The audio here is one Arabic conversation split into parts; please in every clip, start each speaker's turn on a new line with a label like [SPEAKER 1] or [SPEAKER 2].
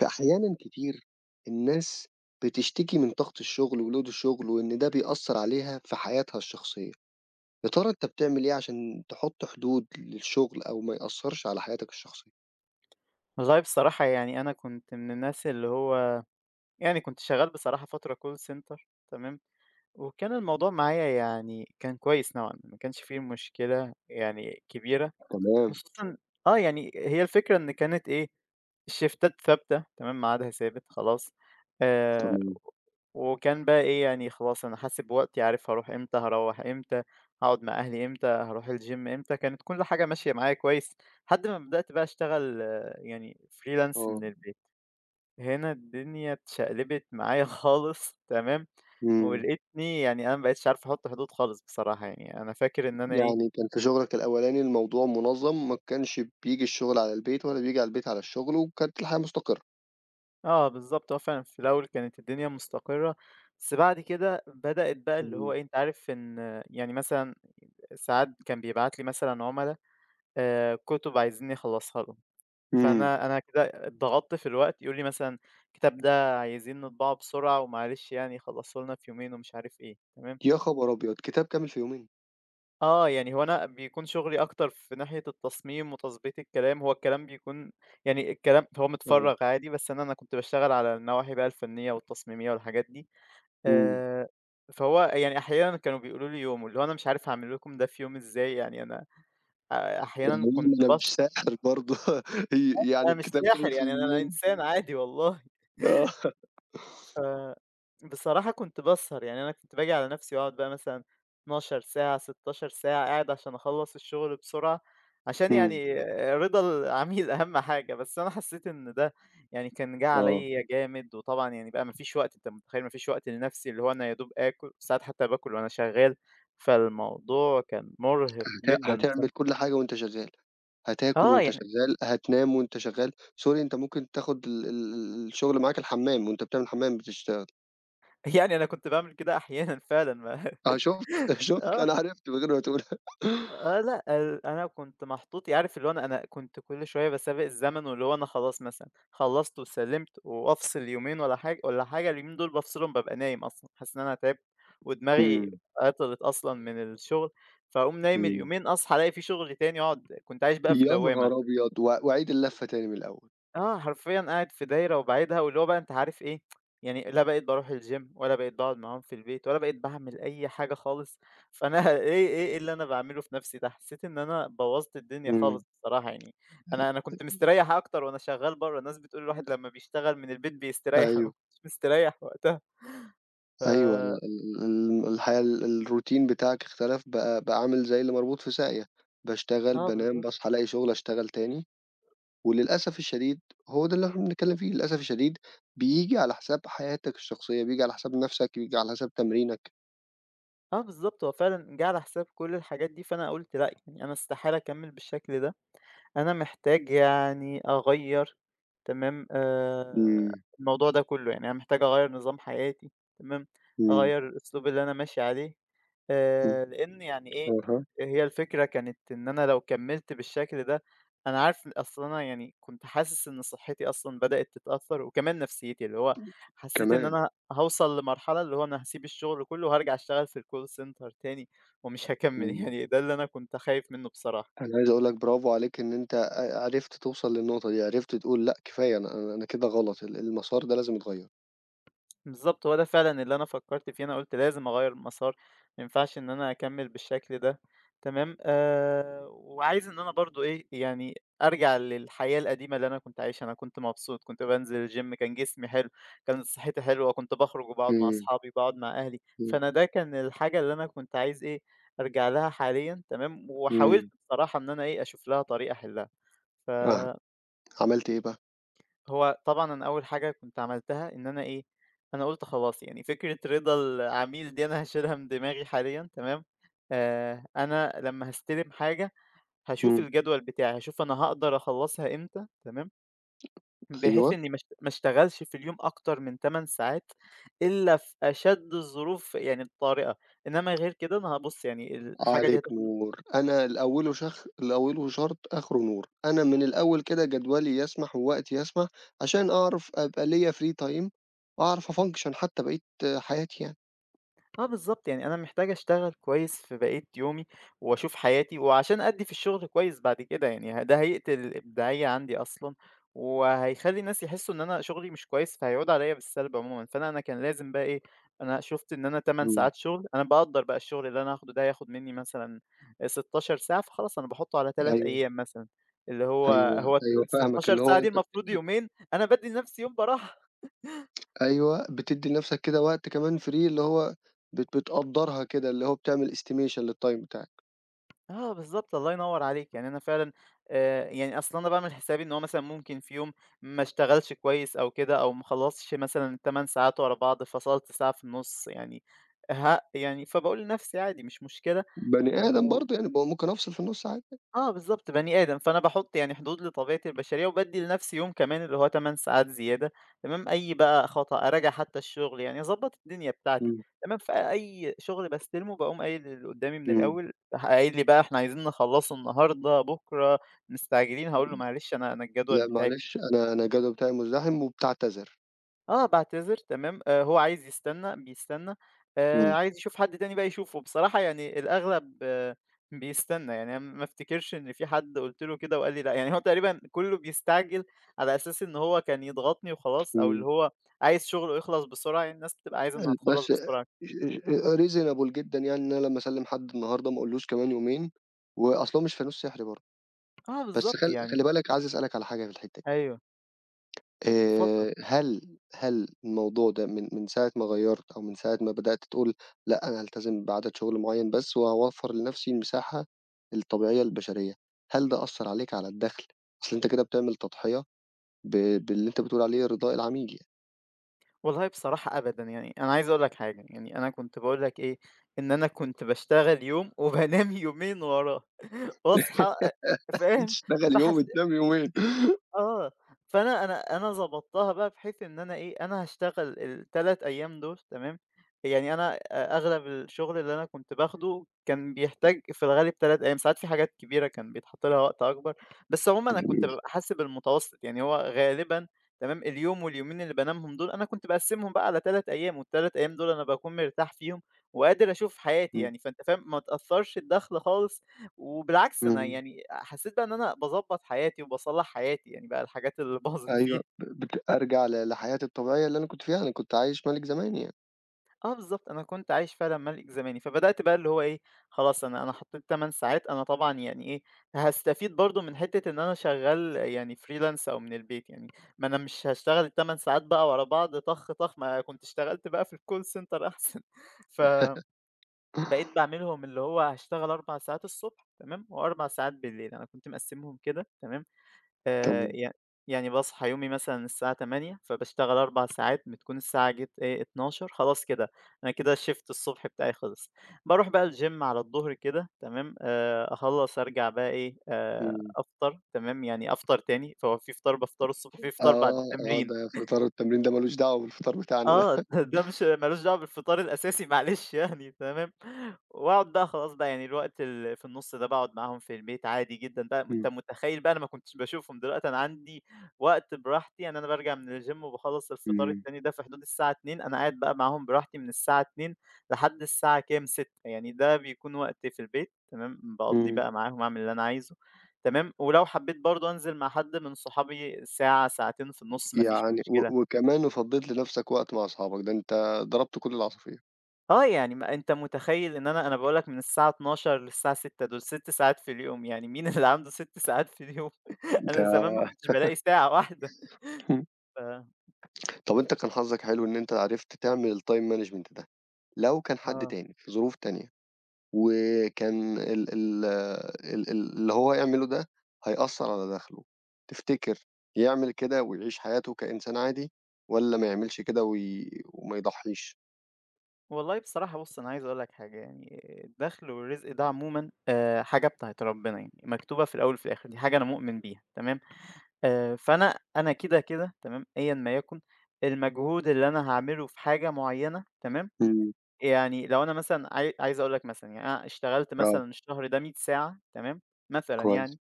[SPEAKER 1] فأحيانًا كتير الناس بتشتكي من ضغط الشغل ولود الشغل، وإن ده بيأثّر عليها في حياتها الشخصية، يا ترى أنت بتعمل إيه عشان تحُط حدود للشغل أو ما يأثّرش على حياتك الشخصية؟
[SPEAKER 2] والله بصراحة يعني أنا كنت من الناس اللي هو يعني كنت شغال بصراحة فترة call center، تمام. وكان الموضوع معايا يعني كان كويس نوعًا ما، ما كانش فيه مشكلة يعني كبيرة،
[SPEAKER 1] تمام،
[SPEAKER 2] خصوصًا آه، يعني هي الفكرة إن كانت إيه، الشيفتات ثابتة، تمام، ميعادها ثابت خلاص. آآ
[SPEAKER 1] تمام،
[SPEAKER 2] وكان بقى إيه، يعني خلاص أنا حاسب وقتي، عارف هاروح إمتى، هاروّح إمتى، هاقعد مع أهلي إمتى، هاروح الgym إمتى. كانت كل حاجة ماشية معايا كويس، لحد ما بدأت بقى أشتغل آه، يعني freelance
[SPEAKER 1] آه،
[SPEAKER 2] من البيت. هنا الدنيا اتشقلبت معايا خالص، تمام.
[SPEAKER 1] إمم،
[SPEAKER 2] ولقيتني يعني أنا ما بقيتش عارف أحط حدود خالص بصراحة يعني، أنا فاكر إن أنا إيه.
[SPEAKER 1] يعني كان في شغلك الأولاني الموضوع منظّم، ما كانش بييجي الشغل على البيت ولا بييجي على البيت على الشغل، وكانت الحياة مستقرة.
[SPEAKER 2] آه بالضبط، هو فعلًا في الأول كانت الدنيا مستقرة، بس بعد كده بدأت بقى اللي هو
[SPEAKER 1] إمم،
[SPEAKER 2] إيه، أنت عارف إن آه، يعني مثلًا ساعات كان بيبعت لي مثلًا عُملا، كُتب عايزين يخلّصها لهم،
[SPEAKER 1] إمم،
[SPEAKER 2] فأنا أنا كده اتضغطت في الوقت، يقولوا لي مثلًا الكتاب ده عايزين نطبعه بسرعة ومعلش يعني خلّصه لنا في يومين ومش عارف إيه، تمام.
[SPEAKER 1] يا خبر أبيض! كتاب كامل في يومين!
[SPEAKER 2] آه، يعني هو أنا بيكون شغلي أكتر في ناحية التصميم وتضبيط الكلام، هو الكلام بيكون يعني الكلام هو
[SPEAKER 1] آه.
[SPEAKER 2] متفرّغ عادي، بس أنا كنت باشتغل على النواحي بقى الفنية والتصميمية والحاجات دي،
[SPEAKER 1] إمم،
[SPEAKER 2] آآ، فهو يعني أحيانًا كانوا بيقولوا لي يوم، واللي هو أنا مش عارف هاعمل لكم ده في يوم إزاي، يعني أنا أحيانًا كنت
[SPEAKER 1] يعني أنا
[SPEAKER 2] باص.
[SPEAKER 1] مش ساحر برضه يعني
[SPEAKER 2] أنا مش
[SPEAKER 1] الكتاب كامل
[SPEAKER 2] ساحر،
[SPEAKER 1] في
[SPEAKER 2] يعني أنا
[SPEAKER 1] يومين
[SPEAKER 2] إنسان عادي والله.
[SPEAKER 1] آه.
[SPEAKER 2] ف بصراحة كنت باسهر، يعني أنا كنت باجي على نَفْسي وأقعد بقى مثلًا 12 ساعة، 16 ساعة قاعد عشان أخلّص الشغل بسرعة، عشان
[SPEAKER 1] إمم،
[SPEAKER 2] يعني رضا العميل أهم حاجة. بس أنا حسّيت إن ده يعني كان جه
[SPEAKER 1] آه،
[SPEAKER 2] عليّا جامد، وطبعًا يعني بقى ما فيش وقت، أنت متخيّل ما فيش وقت لنَفْسي، اللي هو أنا يا دوب آكُل، ساعات حتى باكُل وأنا شغّال. فالموضوع كان مُرهق
[SPEAKER 1] هت
[SPEAKER 2] جدًا
[SPEAKER 1] هتعمل
[SPEAKER 2] بصراحة.
[SPEAKER 1] كل حاجة وأنت شغال، هتاكل
[SPEAKER 2] آه،
[SPEAKER 1] وأنت
[SPEAKER 2] يعني
[SPEAKER 1] شغال، هتنام وأنت شغال، Sorry أنت ممكن تاخد ال ال ال الشغل معاك الحمام، وأنت بتعمل حمام بتشتغل،
[SPEAKER 2] يعني أنا كنت باعمل كده أحيانًا فعلًا ما.
[SPEAKER 1] آه شُفت، شُفت
[SPEAKER 2] آه.
[SPEAKER 1] أنا عرفت من غير ما تقولها
[SPEAKER 2] آه لأ، ال أنا كنت محطوط عارف اللي هو أنا كنت كل شوية باسابق الزمن، واللي هو أنا خلاص مثلًا خلّصت وسلِّمت وأفصل يومين ولا حاجة ولا حاجة، اليومين دول بافصلهم بابقى نايم أصلًا، حاسس إن أنا تعبت ودماغي
[SPEAKER 1] إمم،
[SPEAKER 2] عطلت أصلًا من الشغل، فاقوم نايم
[SPEAKER 1] إمم،
[SPEAKER 2] اليومين أصحى ألاقي في شغل تاني، أقعد كنت عايش بقى في
[SPEAKER 1] يا نهار
[SPEAKER 2] دوّامة.
[SPEAKER 1] أبيض! و وأعيد اللفة تاني من الأول،
[SPEAKER 2] آه، حرفيًا قاعد في دايرة وباعدها، واللي هو بقى أنت عارف إيه، يعني لا بقيت باروح الgym ولا بقيت باقعد معاهم في البيت ولا بقيت باعمل أي حاجة خالص، فأنا إيه اللي أنا باعمله في نَفْسي ده؟ حسيت إن أنا بوّظت الدنيا
[SPEAKER 1] إمم،
[SPEAKER 2] خالص بصراحة يعني. أنا كنت مستريّح أكتر وأنا شغّال برّه، الناس بتقول الواحد لمّا بيشتغل من البيت بيستريّح، أنا ما
[SPEAKER 1] أيوه،
[SPEAKER 2] كنتش مستريّح وقتها. ف
[SPEAKER 1] أيوه ال
[SPEAKER 2] آه
[SPEAKER 1] ال ال الحياة الroutine بتاعك اختلف بقى عامل زي اللي مربوط في ساقية، باشتغل، بانام،
[SPEAKER 2] بالضبط.
[SPEAKER 1] باصحى ألاقي شغل أشتغل تاني. وللأسف الشديد هو ده اللي إحنا بنتكلّم فيه، للأسف الشديد بييجي على حساب حياتك الشخصية، بييجي على حساب نَفْسك، بييجي على حساب تمرينك.
[SPEAKER 2] آه بالضبط، هو فعلًا جه على حساب كل الحاجات دي، فأنا قُلت لأ، يعني أنا استحالة أكمّل بالشكل ده. أنا محتاج يعني أغيّر، تمام،
[SPEAKER 1] إمم،
[SPEAKER 2] الموضوع ده كُلّه، يعني أنا محتاج أغيّر نظام حياتي، تمام،
[SPEAKER 1] إمم،
[SPEAKER 2] أغيّر الأسلوب اللي أنا ماشي عليه،
[SPEAKER 1] إمم.
[SPEAKER 2] لإن يعني إيه،
[SPEAKER 1] أها،
[SPEAKER 2] هي الفكرة كانت إن أنا لو كمّلت بالشكل ده أنا عارف أصل أنا يعني كنت حاسس إن صحّتي أصلًا بدأت تتأثّر وكمان نفسيّتي، اللي هو حسّيت إن
[SPEAKER 1] كمان!
[SPEAKER 2] أنا هاوصل لمرحلة اللي هو أنا هاسيب الشغل كُلّه وهارجع أشتغل في الcall center تاني ومش هاكمّل،
[SPEAKER 1] إمم.
[SPEAKER 2] يعني ده اللي أنا كنت خايف منّه بصراحة.
[SPEAKER 1] أنا عايز أقول لك برافو عليك إن أنت عرفت توصل للنقطة دي، عرفت تقول لأ كفاية أنا كده غلط، المسار ده لازم يتغيّر.
[SPEAKER 2] بالضبط، هو ده فعلًا اللي أنا فكّرت فيه، أنا قُلت لازم أغيّر المسار، ما ينفعش إن أنا أكمّل بالشكل ده، تمام. وعايز إن أنا برضه إيه، يعني أرجع للحياة القديمة اللي أنا كنت عايشها، أنا كنت مبسوط، كنت بانزل الgym كان جسمي حلو، كانت صحّتي حلوة، كنت باخرج وباقعد مع
[SPEAKER 1] إمم،
[SPEAKER 2] أصحابي، باقعد مع أهلي،
[SPEAKER 1] إمم،
[SPEAKER 2] فأنا ده كان الحاجة اللي أنا كنت عايز إيه، أرجع لها حاليًا، تمام. وحاولت
[SPEAKER 1] إمم.
[SPEAKER 2] بصراحة إن أنا إيه، أشوف لها طريقة أحلّها. ف
[SPEAKER 1] آه، عملت إيه بقى؟
[SPEAKER 2] هو طبعًا أنا أول حاجة كنت عملتها إن أنا إيه، أنا قُلت خلاص يعني فكرة رضا العميل دي أنا هاشيلها من دماغي حاليًا، تمام. أنا لمّا هاستلم حاجة هاشوف
[SPEAKER 1] إمم.
[SPEAKER 2] الجدول بتاعي، هاشوف أنا هاقدر أخلّصها إمتى، تمام، بحيث
[SPEAKER 1] أيوه.
[SPEAKER 2] إني ما اشتغلش في اليوم أكتر من 8 ساعات إلا في أشد الظروف يعني الطارئة، إنما غير كده أنا هابُص يعني الحاجة دي
[SPEAKER 1] عليك
[SPEAKER 2] هتاخد.
[SPEAKER 1] نور أنا الأول شرط آخره نور، أنا من الأول كده جدولي يسمح ووقتي يسمح، عشان أعرف أبقى ليّا free time أعرف أfunction حتى بقية حياتي يعني.
[SPEAKER 2] آه بالضبط، يعني أنا محتاج أشتغل كويس في بقية يومي وأشوف حياتي، وعشان أدّي في الشغل كويس بعد كده، يعني ه ده هيقتل الإبداعية عندي أصلًا، وهيخلّي الناس يحسّوا إن أنا شغلي مش كويس، فهيعودوا عليّا بالسلب عمومًا، فأنا أنا كان لازم بقى إيه، أنا شُفت إن أنا 8
[SPEAKER 1] إمم.
[SPEAKER 2] ساعات شغل، أنا باقدّر بقى الشغل اللي أنا هاخده ده هياخد منّي مثلًا 16 ساعة، فخلاص أنا باحطّه على 3
[SPEAKER 1] أيوه،
[SPEAKER 2] أيام مثلًا، اللي هو
[SPEAKER 1] أيوه،
[SPEAKER 2] هو
[SPEAKER 1] أيوه فاهمك،
[SPEAKER 2] 16
[SPEAKER 1] اللي هو
[SPEAKER 2] ساعة دي
[SPEAKER 1] أنت
[SPEAKER 2] المفروض يومين، أنا بادّي لنَفْسي يوم براحة.
[SPEAKER 1] أيوه بتدّي لنفسك كده وقت كمان free اللي هو بتقدّرها كده، اللي هو بتعمل estimation للtime بتاعك،
[SPEAKER 2] آه بالضبط، الله ينوّر عليك، يعني أنا فعلًا يعني أصل أنا باعمل حسابي إن هو مثلًا ممكن في يوم ما اشتغلش كويس أو كده، أو ما خلّصتش مثلًا ال8 ساعات ورا بعض، فصَلت ساعة في النُص يعني ه يعني فباقول لنفسي عادي مش مشكلة
[SPEAKER 1] بني آدم
[SPEAKER 2] و.
[SPEAKER 1] برضه يعني ممكن أفصل في النُص عادي يعني.
[SPEAKER 2] آه بالضبط، بني آدم، فأنا باحُط يعني حدود لطبيعتي البشرية وبادّي لنفسي يوم كمان اللي هو 8 ساعات زيادة، تمام، أي بقى خطأ، أراجع حتى الشغل، يعني أضبّط الدنيا بتاعتي،
[SPEAKER 1] إمم،
[SPEAKER 2] تمام، فأي شغل باستلمه باقوم قايل للي قدّامي من
[SPEAKER 1] إمم.
[SPEAKER 2] الأول، راح قايل لي بقى إحنا عايزين نخلّصه النهارده، بُكرة، مستعجلين، هاقول له معلش أنا الجدول
[SPEAKER 1] لأ
[SPEAKER 2] بتاعي
[SPEAKER 1] معلش
[SPEAKER 2] فيه.
[SPEAKER 1] أنا الجدول بتاعي مزدحم وبتعتذر.
[SPEAKER 2] آه، باعتذر، تمام. هو عايز يستنى، بيستنى،
[SPEAKER 1] إمم،
[SPEAKER 2] عايز يشوف حد تاني بقى يشوفه، بصراحة يعني الأغلب آه بيستنى، يعني أنا ما افتكرش إن في حد قُلت له كده وقال لي لأ، يعني هو تقريبًا كُلّه بيستعجل على أساس إن هو كان يضغطني وخلاص، أو
[SPEAKER 1] إمم.
[SPEAKER 2] اللي هو عايز شغله يخلص بسرعة، يعني الناس بتبقى عايزة إنها تخلّص
[SPEAKER 1] بس
[SPEAKER 2] بسرعة.
[SPEAKER 1] reasonable جدًا يعني إن أنا لمّا أسلِّم حد النهارده ما أقولوش كمان يومين، وأصل هو مش فانوس سحري برضه.
[SPEAKER 2] آه
[SPEAKER 1] بس
[SPEAKER 2] بالضبط
[SPEAKER 1] خل
[SPEAKER 2] يعني.
[SPEAKER 1] خلي بالك عايز أسألك على حاجة في الحتّة دي،
[SPEAKER 2] أيوه، اتفضل.
[SPEAKER 1] هل الموضوع ده من ساعة ما غيّرت أو من ساعة ما بدأت تقول لأ، أنا هالتزم بعدد شغل معيّن بس وهاوفّر لنفسي المساحة الطبيعية البشرية، هل ده أثّر عليك على الدخل؟ أصل أنت كده بتعمل تضحية ب باللي أنت بتقول عليه رضاء العميل يعني،
[SPEAKER 2] والله بصراحة أبدًا، يعني أنا عايز أقول لك حاجة، يعني أنا كنت باقول لك إيه، إن أنا كنت باشتغل يوم وبانام يومين وراه، واصحى أ أ فاهم؟
[SPEAKER 1] تشتغل يوم
[SPEAKER 2] فحس
[SPEAKER 1] وتنام يومين.
[SPEAKER 2] آه، فأنا أنا ضبطتها بقى بحيث إن أنا إيه، أنا هاشتغل ال3 أيام دول، تمام، يعني أنا أغلب الشغل اللي أنا كنت باخده كان بيحتاج في الغالب 3 أيام، ساعات في حاجات كبيرة كان بيتحط لها وقت أكبر، بس عمومًا أنا كنت بابقى حاسب المتوسط، يعني هو غالبًا، تمام، اليوم واليومين اللي بانامهم دول أنا كنت باقسمهم بقى على 3 أيام، وال3 أيام دول أنا باكون مرتاح فيهم وقادر أشوف حياتي
[SPEAKER 1] إمم،
[SPEAKER 2] يعني، فأنت فاهم ما اتأثرش الدخل خالص. وبالعكس أنا
[SPEAKER 1] إمم.
[SPEAKER 2] يعني حسيت بقى إن أنا باضبّط حياتي وباصلّح حياتي، يعني بقى الحاجات اللي باظت
[SPEAKER 1] أيوه،
[SPEAKER 2] فيها.
[SPEAKER 1] بت أرجع لحياتي الطبيعية اللي أنا كنت فيها، أنا كنت عايش مَلِك زمان يعني.
[SPEAKER 2] آه بالضبط، أنا كنت عايش فعلًا مَلِك زماني، فبدأت بقى اللي هو إيه، خلاص أنا حطّيت 8 ساعات، أنا طبعًا يعني إيه، هاستفيد برضه من حتّة إن أنا شغّال يعني freelance أو من البيت يعني، ما أنا مش هاشتغل ال8 ساعات بقى ورا بعض طخ، طخ، ما كنت اشتغلت بقى في الcall center أحسن. فبقيت باعملهم اللي هو هاشتغل 4 ساعات الصبح، تمام، و4 ساعات بالليل، أنا كنت مقسّمهم كده تمام. آآ،
[SPEAKER 1] تمام،
[SPEAKER 2] ي يعني باصحى يومي مثلًا الساعة 08:00 فباشتغل 4 ساعات بتكون الساعة جِت إيه 12:00 خلاص كده، أنا كده shift الصبح بتاعي خلص. باروح بقى الgym على الضهر كده، تمام، أخلّص أرجع بقى إيه،
[SPEAKER 1] إمم.
[SPEAKER 2] أفطر، تمام، يعني أفطر تاني، فهو في فطار بافطره الصبح، في فطار بعد
[SPEAKER 1] آه، آه،
[SPEAKER 2] التمرين.
[SPEAKER 1] ده فطار التمرين ده ما لوش دعوة بالفطار بتاعنا
[SPEAKER 2] آه،
[SPEAKER 1] ده.
[SPEAKER 2] ده مش ما لوش دعوة بالفطار الأساسي معلش يعني، تمام. وأقعد بقى خلاص بقى يعني الوقت اللي في النُص ده باقعد معاهم في البيت عادي جدًا بقى، أنت
[SPEAKER 1] إمم،
[SPEAKER 2] متخيّل بقى أنا ما كنتش باشوفهم، دلوقتي أنا عندي وقت براحتي، يعني أنا بارجع من الgym وباخلّص الفطار
[SPEAKER 1] إمم،
[SPEAKER 2] التاني ده في حدود الساعة 14:00 أنا قاعد بقى معاهم براحتي من الساعة 14:00 لحد الساعة كام؟ 18:00 يعني ده بيكون وقت في البيت، تمام، باقضّيه
[SPEAKER 1] إمم.
[SPEAKER 2] بقى معاهم، أعمل اللي أنا عايزه، تمام، ولو حبّيت برضه أنزل مع حد من صحابي ساعة، ساعتين في النُص ما فيش
[SPEAKER 1] يعني
[SPEAKER 2] مشكلة.
[SPEAKER 1] وكمان وفضّيت لنَفْسك وقت مع أصحابك، ده أنت ضربت كل العصافير.
[SPEAKER 2] آه، يعني ما أنت متخيّل إن أنا باقول لك من الساعة 12:00 للساعة 18:00 دول 6 ساعات في اليوم، يعني مين اللي عنده 6 ساعات في اليوم؟ أنا زمان ما
[SPEAKER 1] ده
[SPEAKER 2] كنتش بالاقي ساعة واحدة. ف
[SPEAKER 1] طَب أنت كان حظّك حلو إن أنت عرفت تعمل الtime management ده، لو كان حد
[SPEAKER 2] آه.
[SPEAKER 1] تاني في ظروف تانية وكان ال ال ال ال اللي هو يعمله ده هيأثّر على دخله، تفتكر يعمل كده ويعيش حياته كإنسان عادي والّا ما يعملش كده وما يضحّيش؟
[SPEAKER 2] والله بصراحة بُص، أنا عايز أقول لك حاجة، يعني الدخْل والرزق ده عمومًا حاجة بتاعة ربنا يعني، مكتوبة في الأول وفي الآخِر، دي حاجة أنا مؤمن بيها، تمام. فأنا أنا كده تمام، أيًا ما يكن، المجهود اللي أنا هاعمله في حاجة معيّنة، تمام،
[SPEAKER 1] إمم،
[SPEAKER 2] يعني لو أنا مثلًا عايز أقول لك مثلًا يعني أنا اشتغلت
[SPEAKER 1] آه،
[SPEAKER 2] مثلًا الشهر ده 100 ساعة، تمام، مثلًا
[SPEAKER 1] كويس،
[SPEAKER 2] يعني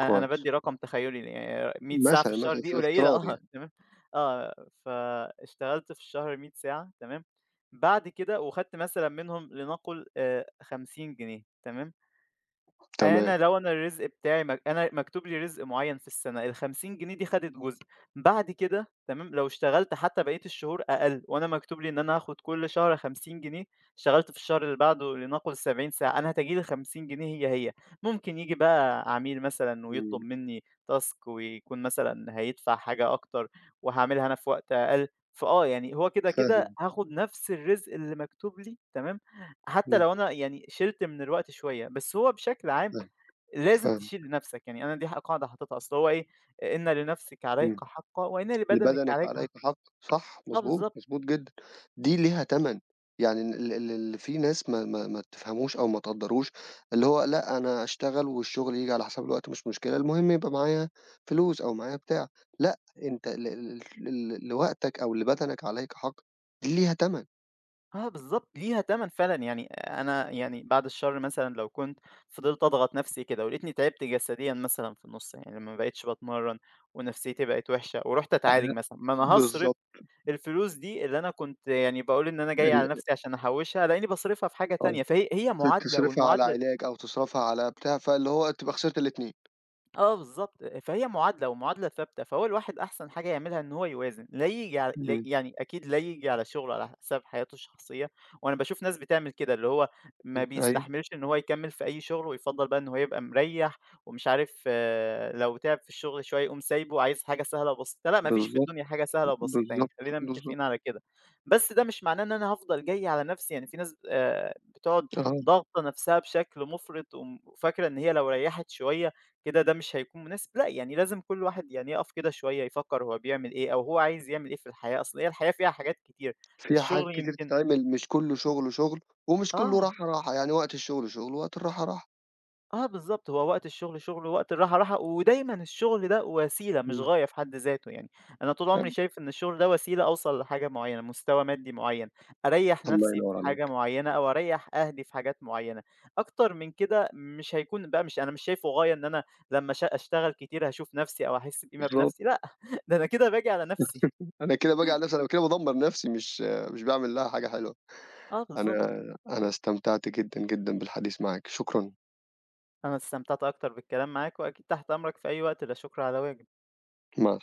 [SPEAKER 2] أنا
[SPEAKER 1] كويس.
[SPEAKER 2] بادّي رقم تخيلي يعني 100 ساعة في
[SPEAKER 1] مثلًا،
[SPEAKER 2] الشهر
[SPEAKER 1] مثلًا
[SPEAKER 2] دي قليلة
[SPEAKER 1] افتراضي
[SPEAKER 2] آه
[SPEAKER 1] يعني.
[SPEAKER 2] تمام، آه فاشتغلت في الشهر 100 ساعة، تمام، بعد كده وخدت مثلًا منهم لنقل 50 جنيه، تمام.
[SPEAKER 1] تمام،
[SPEAKER 2] أنا لو أنا الرزق بتاعي أنا مكتوب لي رزق معيّن في السنة، ال50 جنيه دي خدِت جزء، بعد كده، تمام، لو اشتغلت حتى بقية الشهور أقل وأنا مكتوب لي إن أنا هاخد كل شهر 50 جنيه، اشتغلت في الشهر اللي بعده لنقُل 70 ساعة، أنا هتيجي لي 50 جنيه هي. ممكن ييجي بقى عميل مثلًا
[SPEAKER 1] إمم،
[SPEAKER 2] ويطلب منّي task ويكون مثلًا هيدفع حاجة أكتر وهاعملها أنا في وقت أقل، فآه، يعني هو كده
[SPEAKER 1] فاهمك،
[SPEAKER 2] هاخد نفس الرزق اللي مكتوب لي، تمام، حتى
[SPEAKER 1] إمم،
[SPEAKER 2] لو أنا يعني شِلت من الوقت شوية، بس هو بشكل عام
[SPEAKER 1] فاهم،
[SPEAKER 2] لازم
[SPEAKER 1] فاهم،
[SPEAKER 2] تشيل لنَفْسك، يعني أنا دي قاعدة حاططها، أصل هو إيه، إن لنَفْسِك عليك
[SPEAKER 1] إمم.
[SPEAKER 2] حقًّا وإن لبدنِك
[SPEAKER 1] لبدنِك
[SPEAKER 2] عليك
[SPEAKER 1] عليكِ
[SPEAKER 2] حقًا.
[SPEAKER 1] حق، صح،
[SPEAKER 2] آه
[SPEAKER 1] مضبوط،
[SPEAKER 2] بالضبط،
[SPEAKER 1] مضبوط جدًا، دي ليها تَمَن، يعني ال ال اللي في ناس ما تفهموش أو ما تقدّروش، اللي هو لأ أنا أشتغل والشغل ييجي على حساب الوقت مش مشكلة، المهم يبقى معايا فلوس أو معايا بتاع، لأ أنت ل ل ل لوقتك أو لبدنك عليك حق، دي ليها تَمَن،
[SPEAKER 2] آه بالضبط، ليها تَمَن فعلًا، يعني أنا يعني بعد الشر مثلًا لو كنت فضلت أضغط نَفْسي كده ولقيتني تعبت جسديًا مثلًا في النُص، يعني ما بقيتش باتمرّن ونفسيتي بقت وِحشة ورُحت أتعالج
[SPEAKER 1] أها.
[SPEAKER 2] مثلًا، ما أنا هاصرف
[SPEAKER 1] بالضبط،
[SPEAKER 2] الفلوس دي اللي أنا كنت يعني باقول إن أنا جاي على
[SPEAKER 1] ال
[SPEAKER 2] نَفْسي عشان أحوِّشها، ألاقيني باصرفها في حاجة
[SPEAKER 1] آه،
[SPEAKER 2] تانية، فهي هي
[SPEAKER 1] ت
[SPEAKER 2] معادلة
[SPEAKER 1] تصرفها على
[SPEAKER 2] والمعادلة.
[SPEAKER 1] علاج أو تصرفها على بتاع، فاللي هو تبقى خسرت الاتنين.
[SPEAKER 2] آه بالضبط، فهي معادلة ومعادلة ثابتة، فهو الواحد أحسن حاجة يعملها إن هو يوازن، لا ييجي على لا
[SPEAKER 1] إمم،
[SPEAKER 2] يعني أكيد لا ييجي على شغله على حساب حياته الشخصية، وأنا باشوف ناس بتعمل كده، اللي هو ما
[SPEAKER 1] إمم، أيوه، إمم.
[SPEAKER 2] بيستحملش إن هو يكمّل في أي شغل ويفضّل بقى إن هو يبقى مريّح ومش عارف آه، لو تعب في الشغل شوية يقوم سايبه، عايز حاجة سهلة وبسيطة، لأ ما فيش في
[SPEAKER 1] بالضبط،
[SPEAKER 2] الدنيا حاجة سهلة وبسيطة يعني
[SPEAKER 1] بالضبط،
[SPEAKER 2] خلّينا
[SPEAKER 1] بالضبط،
[SPEAKER 2] متّفقين على كده، بس ده مش معناه إن أنا هافضل جاي على نفسي، يعني في ناس بتقعد
[SPEAKER 1] آه.
[SPEAKER 2] ضاغطة نفسها بشكل مُفرط وفاكرة إن هي لو ريّحت شوية كده ده مش هيكون مناسب، لأ، يعني لازم كل واحد يعني يقف كده شوية يفكّر هو بيعمل إيه أو هو عايز يعمل إيه في الحياة، أصل هي الحياة فيها حاجات كتير،
[SPEAKER 1] فيها حاجات
[SPEAKER 2] الشغل
[SPEAKER 1] كتير
[SPEAKER 2] يمكن
[SPEAKER 1] تتعمل، مش كُلّه شُغل، شُغل، ومش كُلّه
[SPEAKER 2] آه.
[SPEAKER 1] راحة، راحة، يعني وقت الشُغل شُغل، ووقت الراحة راحة،
[SPEAKER 2] آه بالضبط، هو وقت الشغل شغل، ووقت الراحة راحة، ودايمًا الشغل ده وسيلة مش
[SPEAKER 1] إمم.
[SPEAKER 2] غاية في حد ذاته يعني، أنا طول عمري
[SPEAKER 1] فاهم؟
[SPEAKER 2] شايف إن الشغل ده وسيلة أوصل لحاجة معيّنة، مستوى مادي معيّن، أريّح
[SPEAKER 1] الله
[SPEAKER 2] نفسي في
[SPEAKER 1] ينوّر
[SPEAKER 2] حاجة
[SPEAKER 1] عليك،
[SPEAKER 2] معيّنة أو أريّح أهلي في حاجات معيّنة، أكتر من كده مش هيكون بقى مش أنا مش شايفه غاية إن أنا لمّا أشتغل كتير هاشوف نفسي أو هاحس بقيمة
[SPEAKER 1] بالضبط،
[SPEAKER 2] بنفسي، لأ، ده أنا كده باجي على نفسي.
[SPEAKER 1] أنا كده باجي على نَفْسي، أنا كده بادمّر نَفْسي، مش باعمل لها حاجة حلوة.
[SPEAKER 2] آه
[SPEAKER 1] أنا
[SPEAKER 2] بالضبط،
[SPEAKER 1] أنا استمتعت جدًا، جدًا بالحديث معاك، شكرًا،
[SPEAKER 2] أنا استمتعت أكتر بالكلام معاك وأكيد تحت أمرك في أي وقت، لا شكر على واجب.
[SPEAKER 1] مع